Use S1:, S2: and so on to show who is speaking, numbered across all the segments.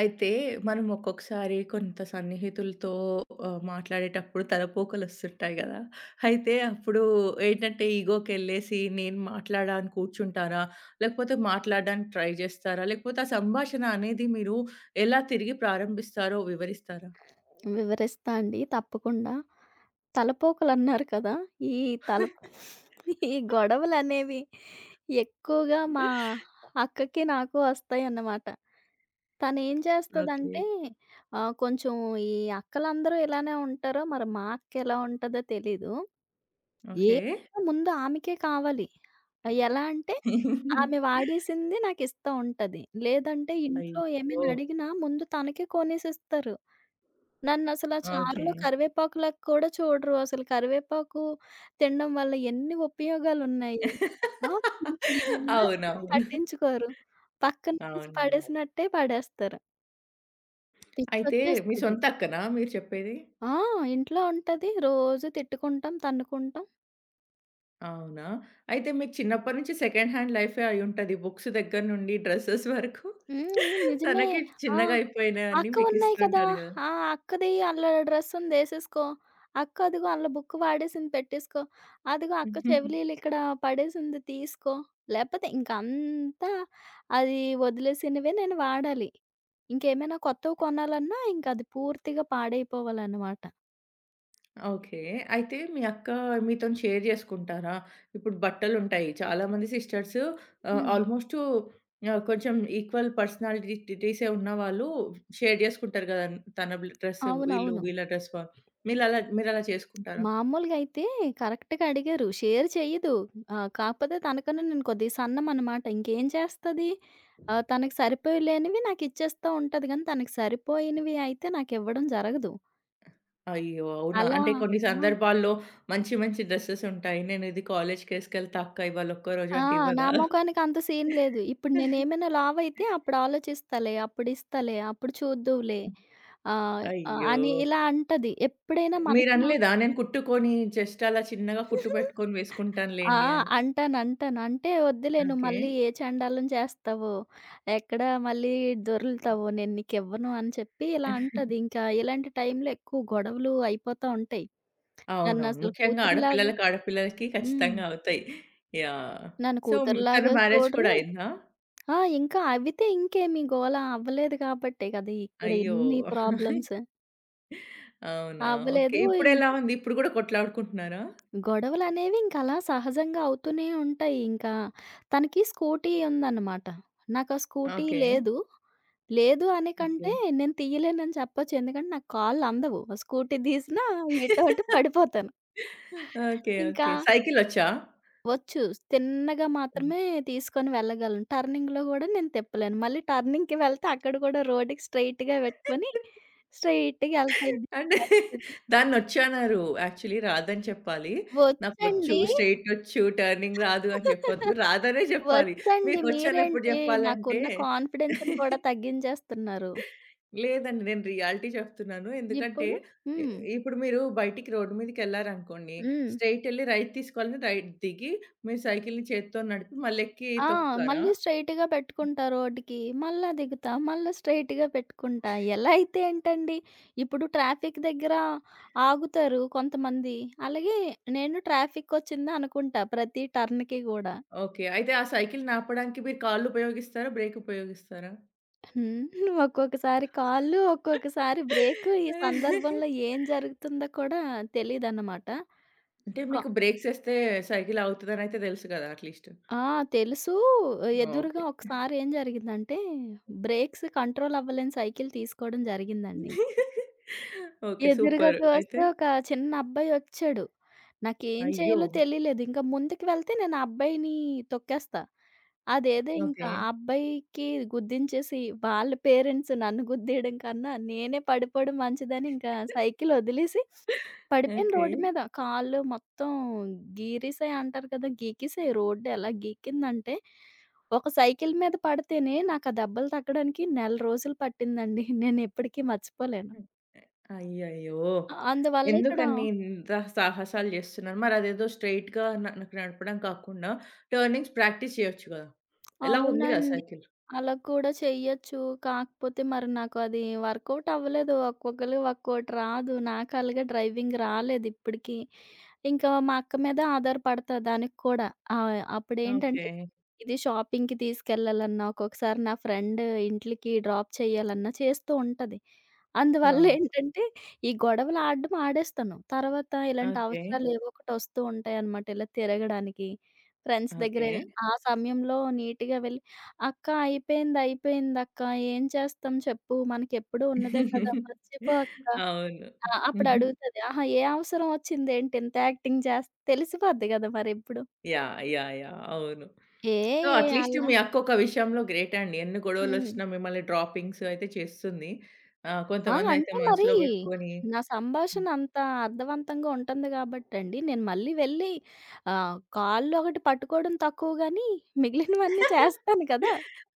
S1: అయితే మనం ఒక్కొక్కసారి కొంత సన్నిహితులతో మాట్లాడేటప్పుడు తలపోకలొస్తుంటాయి గదా! అయితే అప్పుడు ఏంటంటే ఈగోకెళ్ళేసి నేను మాట్లాడా అని కూర్చుంటారా? లేకపోతే మాట్లాడడానికి ట్రై జేస్తారా? లేకపోతే ఆ సంభాషణ అనేది మీరు ఎలా తిరిగి ప్రారంభిస్తారో వివరిస్తారా?
S2: వివరిస్తా అండి తప్పకుండా. తలపోకలన్నారు కదా! ఈ తలప ఈ గొడవలనేవి ఎక్కువగా మా అక్కకి, నాకు వస్తాయన్నమాట. తనేం
S1: ఓకే.
S2: చేస్తదంటే కొంచెం ఈ అక్కలందరూ ఇలానే ఉంటారో మరి మా అక్క ఎలా ఉంటదో తెలీదు.
S1: ఓకే.
S2: ఏదైనా ముందు ఆమెకే కావాలి. ఎలా అంటే, ఆమె వాడేసింది నాకిస్తా ఉంటది. లేదంటే ఇంట్లో ఏమైనా
S1: అయ్యో!
S2: అడిగినా ముందు తనకే కొనేసిస్తారు. నన్నసల
S1: ఓకే.
S2: చారులో కరివేపాకులాగా కూడా చూడరు. అసలు కరివేపాకు తినడం వల్ల ఎన్ని ఉపయోగాలున్నాయి. ఆ! ఇవి మాత్రం
S1: అవునవును.
S2: పట్టించుకోరు. పక్కన తీసి
S1: అవునండి.
S2: పడేసినట్టే పడేస్తారు.
S1: అయితే మీ
S2: పిచ్చొచ్చేస్తది.
S1: సొంత అక్కనా మీరు చెప్పేది?
S2: ఆ! ఇంట్లో ఉంటది. రోజు తిట్టుకుంటాం, తన్నుకుంటాం.
S1: అవునా? అయితే మీకు చిన్నప్పటి నుంచి సెకండ్ హ్యాండ్ లైఫే అయ్యుంటది. బుక్స్ దగ్గర నుండి డ్రెసెస్ వరకు
S2: హ్మ్. నిజమే.
S1: తనకి
S2: ఆ!
S1: చిన్నగా అయిపోయినయన్నీ
S2: అక్కవున్నాయి కదా!
S1: మీకిస్తుంటారు గదా!
S2: ఆ! అక్కది అల్ల డ్రెస్సుందేసేసుకో. అక్క అదిగో అల్ల బుక్ వాడేసింది పెట్టేసుకో. అదిగో అక్క చెవిలీలు ఇక్కడ పడేసింది తీసుకో. లేపోతే ఇంకంతా అది వదిలేసినవే నేను వాడాలి. ఇంకేమైనా కొత్తవి కొనాలన్నా ఇంకది పూర్తిగా పాడైపోవాలనమాట.
S1: ఓకే. అయితే మీ అక్క మీతోని షేర్ జేసుకుంటారా? ఇప్పుడు బట్టలుంటాయి. చాలామంది సిస్టర్స్
S2: హ్మ్.
S1: ఆల్‌మోస్ట్ కొంచెం ఈక్వల్ పర్సనాలిటీసే ఉన్నవాళ్ళు షేర్ జేసుకుంటారు గదా! తన డ్రెస్ వీళ్ళు,
S2: అవునవును.
S1: వీళ్ళ డ్రెస్ వా మీరలా మీరలా చేసుకుంటారా?
S2: మామూలుగా అయితే కరెక్ట్‌గా అడిగారు. షేర్ చెయ్యదు. కాకపోతే తనకన్నా నేను కొద్దిగా సన్నమనమాట. ఇంకేం చేస్తది? తనకి సరిపోలేనివి నాకిచ్చేస్తా ఉంటది గానీ, తనకి సరిపోయినవి అయితే నాకివ్వడం జరగదు.
S1: అయ్యో! అవునా?
S2: అలా
S1: అంటే కొన్ని
S2: ఆ!
S1: సందర్భాల్లో మంచి మంచి డ్రెసెస్ ఉంటాయి. నేను ఇది కాలేజ్‌కేసుకెళ్తా అక్క ఇవాళ ఒక్కరోజు
S2: ఆ!
S1: అంటే
S2: నా
S1: ఇవ్వదా?
S2: మొఖానికి అంత సీన్ లేదు. ఇప్పుడు నేనేమైనా లావయితే అప్పుడు ఆలోచిస్తాలే, అప్పుడిస్తాలే, అప్పుడు చూద్దువులే ఆహ్, ఆహ్,
S1: అయ్యో!
S2: అని ఇలా అంటది. ఎప్పుడైనా మనసు మా
S1: మీరనలేదా? నేను కుట్టుకొని జస్ట్ అలా చిన్నగా కుట్టు పెట్టుకొని
S2: ఆ!
S1: వేసుకుంటానులేండి అని.
S2: అంటాను. అంటాను. అంటే వద్దులే నువ్వు
S1: ఓకే.
S2: మళ్ళీ ఏ చెండాలం చేస్తావో, ఎక్కడ మళ్ళీ దొర్లుతావో నేను నీకివ్వను అని చెప్పి ఇలా అంటది. ఇంకా ఇలాంటి టైంలో ఎక్కువ గొడవలు అయిపోతా ఉంటాయి.
S1: అవునవును.
S2: నన్నసలు
S1: ముఖ్యంగా
S2: కూతురులాగా
S1: ఆడపిల్లలకి, ఆడపిల్లలకి
S2: హ్మ్.
S1: ఖచ్చితంగా అవుతాయి. యాహ్!
S2: నన్ను
S1: సో, తన
S2: కూతురులాగా
S1: మ్యారేజ్
S2: చూడరు.
S1: కూడా అయిందా?
S2: ఆ! ఇంకా అవితే ఇంకేమి గోల అవ్వలేదు కాబట్టే కదా! ఇక్కడ
S1: అయ్యో!
S2: ఇన్ని ప్రాబ్లమ్స్.
S1: అవునా? ఓకే.
S2: అవ్వలేదు ఇంక
S1: ఇప్పుడెలా ఉంది? ఇప్పుడు గూడా కొట్లాడుకుంటున్నారా?
S2: గొడవలనేవి ఇంకలా సహజంగా అవుతూనే ఉంటాయి. ఇంకా తనకి స్కూటీ ఉందన్నమాట. నాకు ఆ స్కూటీ
S1: ఓకే.
S2: లేదు. లేదు అనే
S1: ఓకే.
S2: కంటే నేను తీయలేనని చెప్పొచ్చు. ఎందుకంటే నాకు కాళ్ళు అందవు. ఆ స్కూటీ తీసినా ఎటో అటు పడిపోతాను.
S1: ఓకే.
S2: ఇంకా
S1: ఓకే. సైకిలొచ్చా?
S2: వచ్చు తిన్నగా మాత్రమే తీసుకొని వెళ్ళగలను. టర్నింగ్‌లో గూడా నేను తిప్పలేను. మళ్ళీ టర్నింగ్‌కి వెళ్తే అక్కడ కూడా రోడ్డుకి స్ట్రెయిట్‌గా పెట్టుకొని స్ట్రెయిట్‌గా ఎళ్తా. ఇది
S1: అంటే
S2: పరిస్థితి.
S1: దాన్నొచ్చన్నారు. యాక్చువల్లీ రాదని చెప్పాలి. నాకొచ్చు,
S2: వచ్చండి.
S1: స్ట్రెయిటొచ్చు, టర్నింగ్ రాదు అని చెప్పొద్దు. రాదనే జెప్పాలి.
S2: వచ్చండి.
S1: మీకొచ్చనెప్పుడు
S2: మీరేంటి
S1: జెప్పాలంటే
S2: నాకున్న కాన్ఫిడెన్స్‌ని కూడా తగ్గించేస్తున్నారు.
S1: లేదండి. నేను రియాలిటీ చెప్తున్నాను. ఎందుకంటే
S2: ఇప్పుడు
S1: ఇ
S2: హ్మ్.
S1: ఇప్పుడు మీరు బయటికి రోడ్డు మీదకెళ్లారనుకోండి,
S2: హ్మ్.
S1: స్ట్రెయిటెళ్లి రైట్ తీసుకోవాలని రైట్ దిగి, మీరు సైకిల్‌ని చేత్తో నడిపి మళ్ళెక్కి
S2: ఆ!
S1: తొక్కుతారా?
S2: మళ్ళీ స్ట్రెయిట్‌గా పెట్టుకుంటా రోడ్డుకి. మళ్ళా దిగుతా. మళ్ళా స్ట్రెయిట్‌గా పెట్టుకుంటా. ఎలా అయితే ఏంటండి, ఇప్పుడు ట్రాఫిక్ దగ్గర ఆగుతారు కొంతమంది. అలాగే నేను ట్రాఫికొచ్చింది అనుకుంటా ప్రతి టర్న్‌కి గూడా.
S1: ఓకే. అయితే ఆ సైకిల్‌ని ఆపడానికి మీరు కాళ్ళు ఉపయోగిస్తారా? బ్రేక్ ఉపయోగిస్తారా?
S2: హ్మ్. ఒక్కొక్కసారి కాళ్ళు, ఒక్కొక్కసారి బ్రేకు. ఈ సందర్భంలో ఏం జరుగుతుందో కూడా తెలీదనమాట.
S1: అంటే మీకు బ్రేక్స్ ఏస్తే సైకిల్ ఆగుతదనయితే తెలుసు కదా! అట్‌లీస్ట్.
S2: ఆ! తెలుసు. ఎదురుగా
S1: ఓకే.
S2: ఒకసారి ఏం జరిగిందంటే, బ్రేక్స్ కంట్రోల్ అవ్వలేని సైకిల్ తీసుకోవడం జరిగిందండి.
S1: ఓకే.
S2: ఎదురుగా
S1: సూపర్.
S2: చూస్తే
S1: అయితే
S2: ఒక చిన్న అబ్బాయి వచ్చాడు. నాకేం
S1: అయ్యో!
S2: చేయాలో తెలియలేదు. ఇంకా ముందుకు వెళ్తే నేను ఆ అబ్బాయిని తొక్కేస్తా. అదేదో ఇంకా
S1: ఓకే.
S2: ఆ అబ్బాయికి గుద్దించేసి వాళ్ళ పేరెంట్స్ నన్ను గుద్దేయడం కన్నా నేనే పడిపోవడం మంచిదని ఇంకా సైకిల్ వదిలేసి పడిపోయాను
S1: ఓకే.
S2: రోడ్డు మీద. కాళ్ళు మొత్తం గీరేసాయి అంటారు కదా! గీకేసాయి. రోడ్డు ఎలా గీకిందంటే, ఒక సైకిల్ మీద పడితేనే నాకు ఆ దెబ్బలు తగ్గడానికి 1 నెల రోజులు పట్టిందండి. నేనిప్పటికీ మర్చిపోలేను.
S1: అయ్యయ్యో!
S2: అందువల్ల ఇక్కడ
S1: ఎందుకండి ఇంత సాహసాలు జేస్తున్నారు? మరదేదో స్ట్రెయిట్‌గా న నాకు నడపడం కాకుండా టర్నింగ్స్ ప్రాక్టీస్ చేయొచ్చు గదా! ఎలాగో ఉంది గదా!
S2: అవునండి.
S1: సైకిల్.
S2: అలా కూడా చెయ్యొచ్చు. కాకపోతే మరి నాకు అది వర్కౌట్ అవ్వలేదు. ఒక్కొక్కళ్ళకి ఒక్కోటి రాదు. నాకు అలాగే డ్రైవింగ్ రాలేదు ఇప్పటికి. ఇంకా మా అక్క మీద ఆధారపడతా దానికి కూడా.
S1: ఓకే.
S2: అప్పుడేంటంటే ఇది షాపింగ్‌కి తీసుకెళ్ళాలన్నా, ఒక్కొక్కసారి నా ఫ్రెండ్ ఇంట్లకి డ్రాప్ చేయాలన్నా చేస్తూ ఉంటది.
S1: ఆ!
S2: అందువల్ల ఏంటంటే ఈ గొడవలు ఆడడం ఆడేస్తాను. తర్వాత ఇలాంటి
S1: ఓకే.
S2: అవసరాలు ఏవో ఒకటి వస్తూ ఉంటాయన్నమాట. ఇలా తిరగడానికి ఫ్రెండ్స్ దగ్గరే
S1: ఓకే.
S2: ఆ సమయంలో నీట్‌గా వెళ్ళి, "అక్క అయిపోయింది, అయిపోయిందక్క. ఏం చేస్తాం చెప్పు? మనకెప్పుడూ ఉన్నదే కదా! మర్చిపో అక్క."
S1: అవును.
S2: ఆ! అప్పుడు అడుగుతది. "ఆహా! ఏ అవసరం వచ్చిందేంటి ఇంత యాక్టింగ్ చేస్" తెలిసిపోద్ది కదా! మరిప్పుడు.
S1: యాహ్! యాహ్! యాహ్! అవును.
S2: ఏ
S1: సో,
S2: ఏ
S1: అట్‌లీస్ట్
S2: అలా
S1: మీ అక్కొక విషయంలో గ్రేట్ అండి. ఎన్ని
S2: హ్మ్.
S1: గొడవలొచ్చినా మిమ్మల్ని డ్రాపింగ్స్ అయితే చేస్తుంది.
S2: ఆ!
S1: కొంతమందయితే
S2: అంటే మరి
S1: మనసులో పెట్టుకొని
S2: నా సంభాషణ అంత అర్థవంతంగా ఉంటుంది గాబట్టండి, నేను మళ్ళీ వెళ్ళి కాళ్ళు ఒకటి పట్టుకోవడం తక్కువ గానీ మిగిలినవన్నీ చేస్తాను కదా!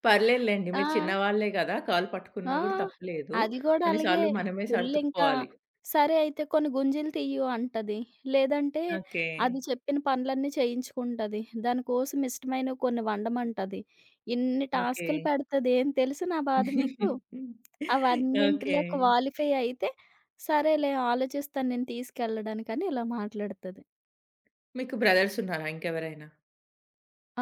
S1: పర్లేదులెండి.
S2: ఆ!
S1: మీరు చిన్నవాళ్ళే గదా! కాలు
S2: ఆ!
S1: పట్టుకున్నా గూడా తప్పులేదు.
S2: అది గూడా
S1: కొన్ని
S2: అలాగే.
S1: సార్లు మనమే
S2: ఫుల్ ఇంకా
S1: సర్దుకుపోవాలి.
S2: సరే అయితే కొన్ని గుంజీలు తియ్యు అంటది. లేదంటే
S1: ఓకే.
S2: అది చెప్పిన పనులన్నీ చేయించుకుంటది. దానికోసం ఇష్టమైనవి కొన్ని వండమంటది. ఇన్ని
S1: ఓకే.
S2: టాస్కులు పెడతది. ఏం తెలుసు నా బాధ మీకు?
S1: ఓకే.
S2: అవన్నింటిలో క్వాలిఫై అయితే సరేలే ఆలోచిస్తాను నేను తీసుకెళ్ళడానికని ఇలా మాట్లాడతది.
S1: మీకు బ్రదర్సున్నారా ఇంకెవరైనా?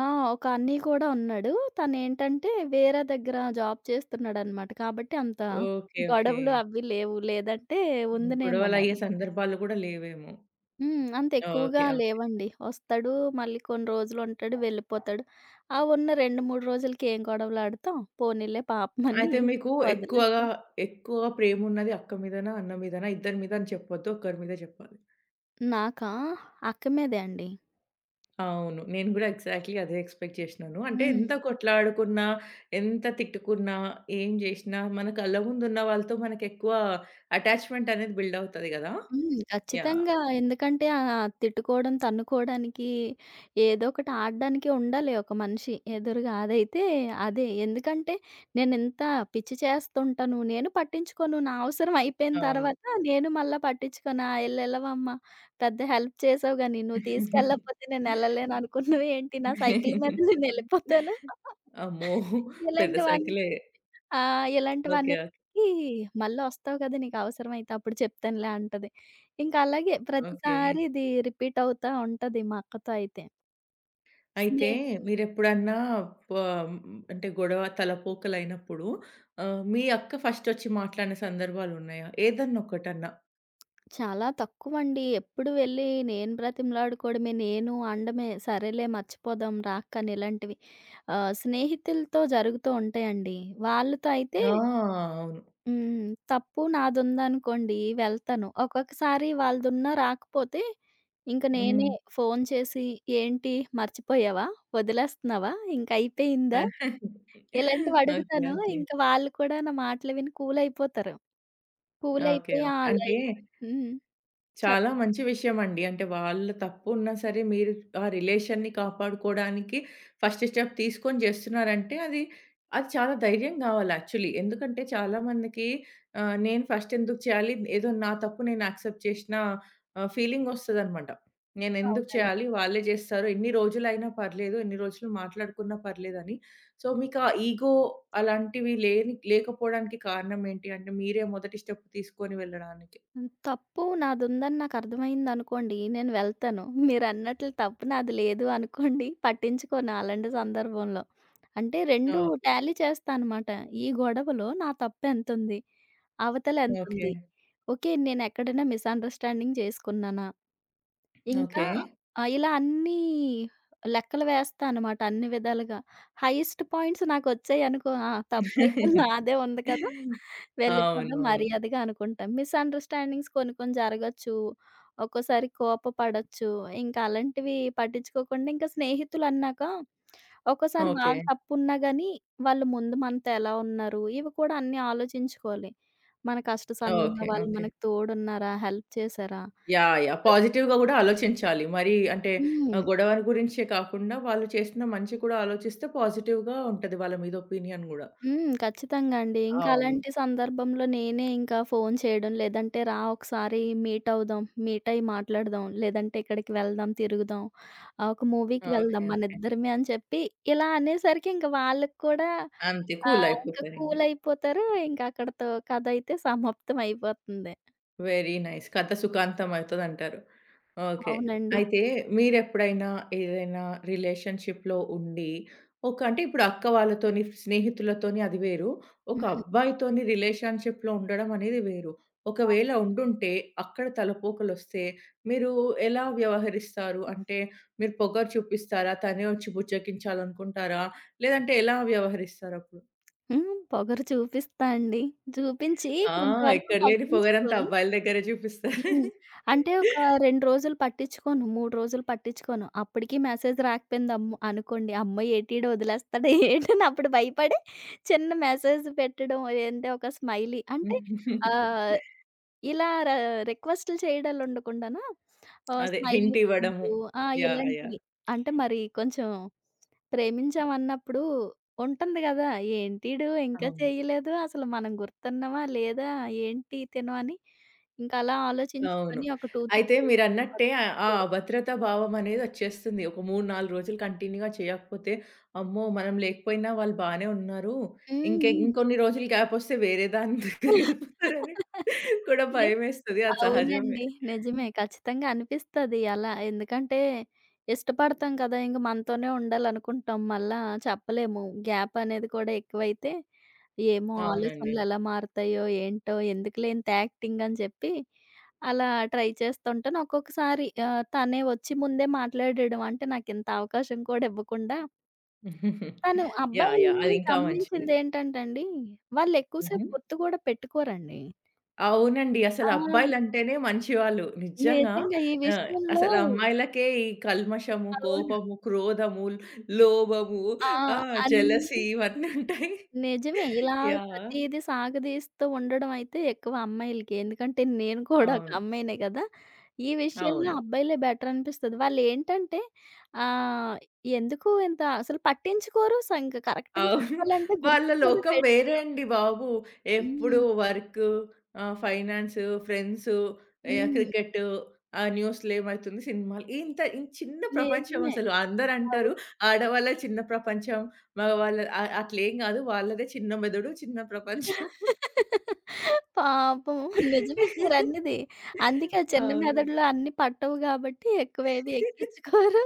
S2: ఆ! ఒక అన్నయ్య కూడా ఉన్నాడు. తనేంటంటే వేరే దగ్గర జాబ్ చేస్తున్నాడనమాట. కాబట్టి అంత
S1: ఓకే. ఓకే.
S2: గొడవలు అవి లేవు. లేదంటే ఉందినేమో మరి.
S1: గొడవలయ్యే సందర్భాలు గూడా లేవేమో.
S2: హ్మ్. అంత ఎక్కువగా
S1: ఓకే. ఓకే.
S2: లేవండి. వస్తాడు, మళ్ళీ కొన్ని రోజులుంటాడు, వెళ్ళిపోతాడు. ఆ ఉన్న 2, 3 రోజులకి ఏం గొడవలాడతాం. పోనీలే పాపమని
S1: అయితే మీకు ఎక్కువగా,
S2: వదిలేస్తాం.
S1: ఎక్కువ ప్రేమున్నది అక్క మీదనా? అన్న మీదనా? ఇద్దరి మీద అని చెప్పొద్దు. ఒక్కరి మీదే చెప్పాలి.
S2: నాకా? అక్క మీదే అండి.
S1: అవును. నేను గూడా ఎగ్జాక్ట్‌లీ అదే ఎక్స్‌పెక్ట్ చేషినాను. అంటే
S2: హ్మ్.
S1: ఎంత కొట్లాడుకున్నా, ఎంత తిట్టుకున్నా, ఏం జేషినా మన కళ్ళ ముందున్న వాళ్ళతో మనకెక్కువ అటాచ్‌మెంట్ అనేది బిల్డ్ అవుతది గదా!
S2: హ్మ్.
S1: యాహ్!
S2: ఖచ్చితంగా. ఎందుకంటే తిట్టుకోవడం, తన్నుకోవడానికి ఏదో ఒకటి ఆడడానికి ఉండాలి ఒక మనిషి ఎదురుగా. అదైతే అదే. ఎందుకంటే నేనింత పిచ్చి చేస్తుంటాను. నేను పట్టించుకోను. నా అవసరం అయిపోయిన
S1: అవును.
S2: తర్వాత నేను మళ్ళా పట్టించుకోను. ఆ! ఎల్లెళ్ళవమ్మా పెద్ద హెల్ప్ చేసావు గానీ నువ్వు తీసుకెళ్ళకపోతే నేనెళ్ళలేను అనుకున్నవేంటి? నా సైకిల్ మీద నేనెళ్ళిపోతాను.
S1: అమ్మో! పెద్ద
S2: ఇలాంటివన్నీ
S1: సైకిలే.
S2: ఆ!
S1: ఓకే.
S2: ఇలాంటివన్నిటికి మళ్ళొస్తావు కదా! నీకవసరమైతే అప్పుడు చెప్తానులే అంటది. ఇంకా అలాగే
S1: ఓకే.
S2: ప్రతిసారి ఇది రిపీట్ అవుతా ఉంటది మా అక్కతో అయితే. స్నే
S1: అయితే
S2: హ్మ్.
S1: మీరెప్పుడన్నా పా హ్మ్, అంటే గొడవ తలపోకలైనప్పుడు మీ అక్క ఫస్టొచ్చి మాట్లాడిన సందర్భాలున్నాయా? ఏదన్నా ఒకటన్నా.
S2: చాలా తక్కువండి. ఎప్పుడు వెళ్ళి నేను బ్రతిమలాడుకోవడమే, నేను అనడమే, సరేలే మర్చిపోదాం రాక్కని ఇలాంటివి. స్నేహితులతో జరుగుతూ ఉంటాయండి. వాళ్ళతో అయితే
S1: ఆ! అవును.
S2: హ్మ్. తప్పు నాదుందనుకోండి వెళ్తాను. ఒక్కొక్కసారి వాళ్ళదున్నా రాకపోతే ఇంక నేనే
S1: హ్మ్.
S2: ఫోన్ చేసి, "ఏంటి మర్చిపోయావా? వదిలేస్తున్నావా? ఇంకయిపోయిందా?"
S1: ఓకే.
S2: ఇలాంటివి
S1: ఓకే.
S2: అడుగుతాను.
S1: ఓకే.
S2: ఇంక వాళ్ళు కూడా నా మాటలు విని కూల్ అయిపోతారు. Cool
S1: okay.
S2: అయిపోయి, "ఆ! అలా
S1: అంటే
S2: అయి" హ్మ్. చెప్
S1: చాలా మంచి విషయమండి. అంటే వాళ్ళ తప్పు ఉన్నా సరే మీరు ఆ రిలేషన్‌ని కాపాడుకోవడానికి ఫస్ట్ స్టెప్ తీసుకొని చేస్తున్నారంటే అది, అది చాలా ధైర్యం కావాలి యాక్చువల్లీ. ఎందుకంటే చాలామందికి నేను ఫస్ట్ ఎందుకు చేయాలి? ఏదో నా తప్పు నేను యాక్సెప్ట్ చేసిన ఫీలింగ్ వస్తదనమాట. నేను ఎందుకు
S2: అవునండి.
S1: చేయాలి? వాళ్ళే చేస్తారు. ఎన్ని రోజులైనా పర్లేదు, ఎన్ని రోజులు మాట్లాడుకున్నా పర్లేదని. సో, మీకు ఆ ఈగో అలాంటివి లేని లేకపోవడానికి కారణం ఏంటి? అంటే మీరే మొదటి స్టెప్ తీసుకొని వెళ్ళడానికి.
S2: తప్పు నాదుందని నాకర్థమైందనుకోండి, నేను వెళ్తాను. మీరన్నట్లు తప్పు నాది లేదు అనుకోండి, పట్టించుకోను అలాంటి సందర్భంలో. అంటే 2
S1: ఓకే.
S2: టాలీ చేస్తా అనమాట. ఈ గొడవలో నా తప్పెంతుంది? అవతల
S1: ఓకే.
S2: ఎంతుంది? ఓకే. నేనెక్కడైనా మిసండర్‌స్టాండింగ్ చేసుకున్నానా? ఇంకా
S1: ఓకే.
S2: ఇలా అన్నీ లెక్కలు వేస్తా అనమాట అన్ని విధాలుగా. హైయెస్ట్ పాయింట్స్ నాకొచ్చాయనుకో ఆ! తప్పైతే నాదే ఉంది కదా! వెళ్ళిపోదాం
S1: అవునవును.
S2: మర్యాదగా అనుకుంటాం. మిస్‌అండర్‌స్టాండింగ్స్ కొన్ని కొన్ని జరగొచ్చు. ఒక్కోసారి కోపపడొచ్చు. ఇంకా అలాంటివి పట్టించుకోకుండా ఇంకా స్నేహితులన్నాక ఒక్కోసారి
S1: ఓకే.
S2: వాళ్ళ తప్పున్నా గానీ, వాళ్ళు ముందు మనతో ఎలా ఉన్నారు? ఇవి కూడా అన్నీ ఆలోచించుకోవాలి. మన కష్ట సమయంలో
S1: ఓకే.
S2: వాళ్ళు
S1: ఓకే.
S2: మనకు తోడున్నారా? హెల్ప్ చేశారా?
S1: యాహ్! యాహ్! పాజిటివ్‌గా గూడా ఆలోచించాలి. మరి అంటే
S2: హ్మ్.
S1: గొడవ గురించే కాకుండా వాళ్ళు చేసిన మంచి కూడా ఆలోచిస్తే పాజిటివ్‌గా ఉంటది వాళ్ళ మీద ఒపీనియన్ గూడా.
S2: హ్మ్. ఖచ్చితంగా అండి. ఇంకా
S1: అవును.
S2: అలాంటి సందర్భంలో నేనే ఇంకా ఫోను చేయడం, లేదంటే రా ఒకసారి మీట్ అవుదాం, మీట్ అయ్యి మాట్లాడదాం, లేదంటే ఇక్కడికి వెళ్దాం, తిరుగుదాం, ఒక మూవీకి
S1: ఓకే.
S2: వెళ్దాం
S1: ఓకే.
S2: మనిద్దరమే అని చెప్పి ఇలా అనేసరికి ఇంక వాళ్ళకి కూడా
S1: అంతే కూల్
S2: ఇంకా
S1: అయిపోతారింక.
S2: కూల్ అయిపోతారు. ఇంకా అక్కడితో కథ అయితే సమాప్తం అయిపోతుంది.
S1: Very nice. కథ సుఖాంతం అయితదంటారు. ఓకే.
S2: అవునండి.
S1: అయితే మీరెప్పుడైనా ఏదైనా రిలేషన్‌షిప్‌లో ఉండి, ఒక అంటే ఇప్పుడు అక్క వాళ్ళతోని, స్నేహితులతోని అది వేరు. ఒక
S2: హ్మ్.
S1: అబ్బాయితోని రిలేషన్‌షిప్‌లో ఉండడం అనేది వేరు. ఒకవేళ ఉండుంటే అక్కడ తలపోకలొస్తే మీరు ఎలా వ్యవహరిస్తారు? అంటే మీరు పొగరు చూపిస్తారా? తనే వచ్చి బుజ్జగించాలనుకుంటారా? లేదంటే ఎలా వ్యవహరిస్తారప్పుడు?
S2: హ్మ్. పొగరు చూపిస్తా అండి. చూపించి
S1: ఆ!
S2: కొంతవరకు
S1: ఎక్కడ లేని పొగరంతా
S2: పట్టించుకోరు.
S1: అబ్బాయిల దగ్గరే చూపిస్తారు.
S2: హ్మ్. అంటే ఒక 2 రోజులు పట్టించుకోను, 3 రోజులు పట్టించుకోను. అప్పటికి మెసేజ్ రాకపోయింది అమ్మ అనుకోండి. అమ్మో! ఏటి ఈడు వదిలేస్తాడా ఏటని అప్పుడు భయపడి చిన్న మెసేజ్ పెట్టడం ఏంటి ఒక స్మైలీ అంటే ఆహ్, ఇలా రిక్వెస్ట్‌లు చేయడాలుండకుండానా
S1: అదే
S2: స్మైలీ
S1: హింట్ ఇవ్వడము.
S2: బొమ్మలు ఆ!
S1: యాహ్! యాహ్!
S2: ఇలాంటివి. అంటే మరి కొంచెం ప్రేమించామన్నప్పుడు ఉంటుంది గదా! ఏంటీడు ఇంకా
S1: అవును.
S2: చేయలేదు, అసలు మనం గుర్తున్నామా లేదా, ఏంటి తిను అని, ఇంక అలా
S1: అవును.
S2: ఆలోచించుకొని ఒక 2,
S1: అయితే
S2: 3 డేస్ తర్వాత
S1: మీరన్నట్టే ఆహ్, ఆ ఆ
S2: చేసి
S1: అభద్రతా భావం అనేది వచ్చేస్తుంది. ఒక 3, 4 రోజులు కంటిన్యూ‌గా చేయకపోతే, అమ్మో! మనం లేకపోయినా వాళ్ళు బానే ఉన్నారు. ఇంకే
S2: హ్మ్.
S1: ఇంకొన్ని రోజులు గ్యాప్ వస్తే వేరే దాని దగ్గరికెళ్ళిపోతారని కూడా
S2: హ్మ్.
S1: భయమేస్తది. అది సహజమే.
S2: అవునండి. నిజమే. ఖచ్చితంగా అనిపిస్తది అలా. ఎందుకంటే ఇష్టపడతాం కదా! ఇంక మనతోనే ఉండాలనుకుంటాం. మళ్ళా చెప్పలేము. గ్యాప్ అనేది కూడా ఎక్కువైతే ఏమో
S1: అవునండి.
S2: ఆలోచనలు ఎలా మారుతాయో ఏంటో ఎందుకులే ఇంత యాక్టింగ్ అని చెప్పి అలా ట్రై చేస్తుంటాను. ఒక్కొక్కసారి తనే వచ్చి ముందే మాట్లాడేయడం అంటే నాకింత అవకాశం కూడా ఇవ్వకుండా తను
S1: యాహ్! యాహ్! అది
S2: అబ్బాయిల్ని
S1: ఇంకా మంచిది.
S2: గమనించిందేంటంటే అండి వాళ్ళు ఎక్కువ సేపు
S1: హుహు.
S2: గుర్తు కూడా పెట్టుకోరండి.
S1: అవునండి. అసలు
S2: ఆ!
S1: అబ్బాయిలంటేనే మంచివాళ్ళు. నిజంగా.
S2: నిజంగా ఈ
S1: ఆహ్,
S2: విషయంలో
S1: అసలు అమ్మాయిలకే ఈ కల్మషము,
S2: అవును.
S1: కోపము, క్రోధము, లోభము,
S2: ఆ!
S1: ఆ!
S2: అన్నీ
S1: జెలసీ ఇవన్నీ ఉంటాయి.
S2: నిజమే. ఇలా
S1: యాహ్!
S2: ప్రతీదీ సాగదీస్తూ ఉండడం అయితే ఎక్కువ అమ్మాయిలకి. ఎందుకంటే నేను కూడా ఒక
S1: అవును.
S2: అమ్మాయినే గదా! ఈ విషయంలో
S1: అవును.
S2: అబ్బాయిలే బెటర్ అనిపిస్తది. వాళ్ళేంటంటే ఆహ్, ఎందుకు ఇంత అసలు పట్టించుకోరు. సంక కరెక్ట్‌గా
S1: అవును.
S2: చెప్పాలంటే
S1: వాళ్ళ
S2: గుర్తు కూడా
S1: లోకం వేరే అండి బాబు. ఎప్పుడు
S2: హ్మ్.
S1: Work, finance, friends, yeah!
S2: హ్మ్.
S1: క్రికెటు, ఆ న్యూస్‌లో ఏమైతుంది, సినిమాలు ఇంత ఈ చిన్న ప్రపంచం
S2: నిజమే.
S1: అసలు. అందరంటారు
S2: అవును.
S1: ఆడవాళ్ళది చిన్న ప్రపంచం, మగవాళ్ళ అ అట్లేం గాదు. వాళ్ళదే చిన్న మెదడు, చిన్న ప్రపంచం.
S2: పాపం. నిజమే మీరన్నది. అందుకే ఆ చిన్న
S1: అవును.
S2: మెదడులో అన్నీ పట్టవు గాబట్టి ఎక్కువేవి ఎక్కించుకోరు.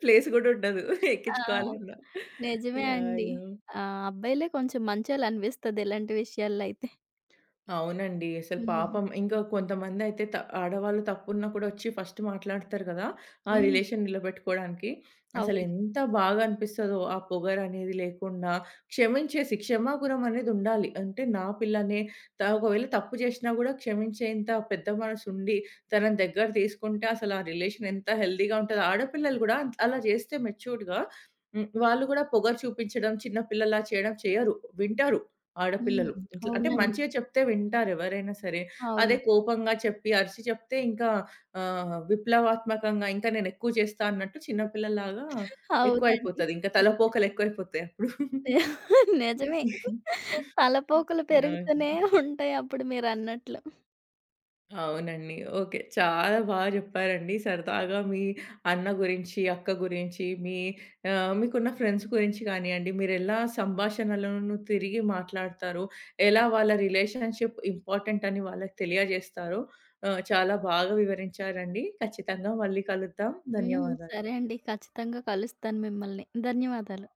S1: ప్లేస్ గూడా ఉండదు
S2: ఆ!
S1: ఎక్కించుకోవాలన్నా.
S2: నిజమే
S1: యాహ్!
S2: అండి.
S1: యాహ్!
S2: ఆ! అబ్బాయిలే కొంచెం మంచోళ్ళనిపిస్తది ఇలాంటి విషయాల్లో అయితే.
S1: అవునండి. అసలు
S2: హ్మ్.
S1: పాపం ఇంకా కొంతమందయితే త ఆడవాళ్ళు తప్పున్నా కూడా వచ్చి ఫస్ట్ మాట్లాడతారు గదా! ఆ
S2: హ్మ్.
S1: రిలేషన్ నిలబెట్టుకోవడానికి.
S2: అవును.
S1: అసలెంత బాగా అనిపిస్తదో ఆ పొగరనేది లేకుండా, క్షమించేసి క్షమాగుణం అనేదుండాలి. అంటే నా పిల్లనే త ఒకవేళ తప్పు చేసినా గూడా క్షమించేంత పెద్ద మనసుండి, తనని దగ్గర తీసుకుంటే అసలు ఆ రిలేషన్ ఎంత హెల్తీగా ఉంటదో. ఆడపిల్లలు గూడా అంత్ అలా చేస్తే మెచ్యూర్డ్‌గా హ్మ్. వాళ్ళు గూడా పొగరు చూపించడం, చిన్న పిల్లలా చేయడం చేయరు. వింటారు.
S2: హ్మ్.
S1: ఆడపిల్లలు. ఇట్లా అంటే
S2: అవునండి.
S1: మంచిగా చెప్తే వింటారు ఎవరైనా సరే.
S2: అవును.
S1: అదే కోపంగా చెప్పి, అరిచి చెప్తే ఇంకా విప్లవాత్మకంగా ఇంకా నేను ఎక్కువ చేస్తా అన్నట్టు చిన్న పిల్లలాగా
S2: అవునండి.
S1: ఎక్కువైపోతది. ఇంకా తలపోకలు ఎక్కువైపోతాయి అప్పుడు.
S2: నిజమే. తలపోకలు
S1: ఓకే.
S2: పెరుగుతూనే ఉంటాయి అప్పుడు మీరన్నట్లు.
S1: అవునండి. ఓకే. చాలా బా జెప్పారండి. సరదాగా మీ అన్న గురించి, అక్క గురించి, మీ మీకున్న ఫ్రెండ్స్ గురించి గానియండి, మీరెలా సంభాషణలను తిరిగి మాట్లాడతారు, ఎలా వాళ్ళ రిలేషన్‌షిప్ ఇంపార్టెంట్ అని వాళ్ళకి తెలియజేస్తారో చాలా బాగా వివరించారండి. ఖచ్చితంగా మళ్ళీ కలుద్దాం.
S2: హ్మ్.
S1: ధన్యవాదాలు.
S2: సరే అండి. ఖచ్చితంగా కలుస్తాను మిమ్మల్ని. ధన్యవాదాలు.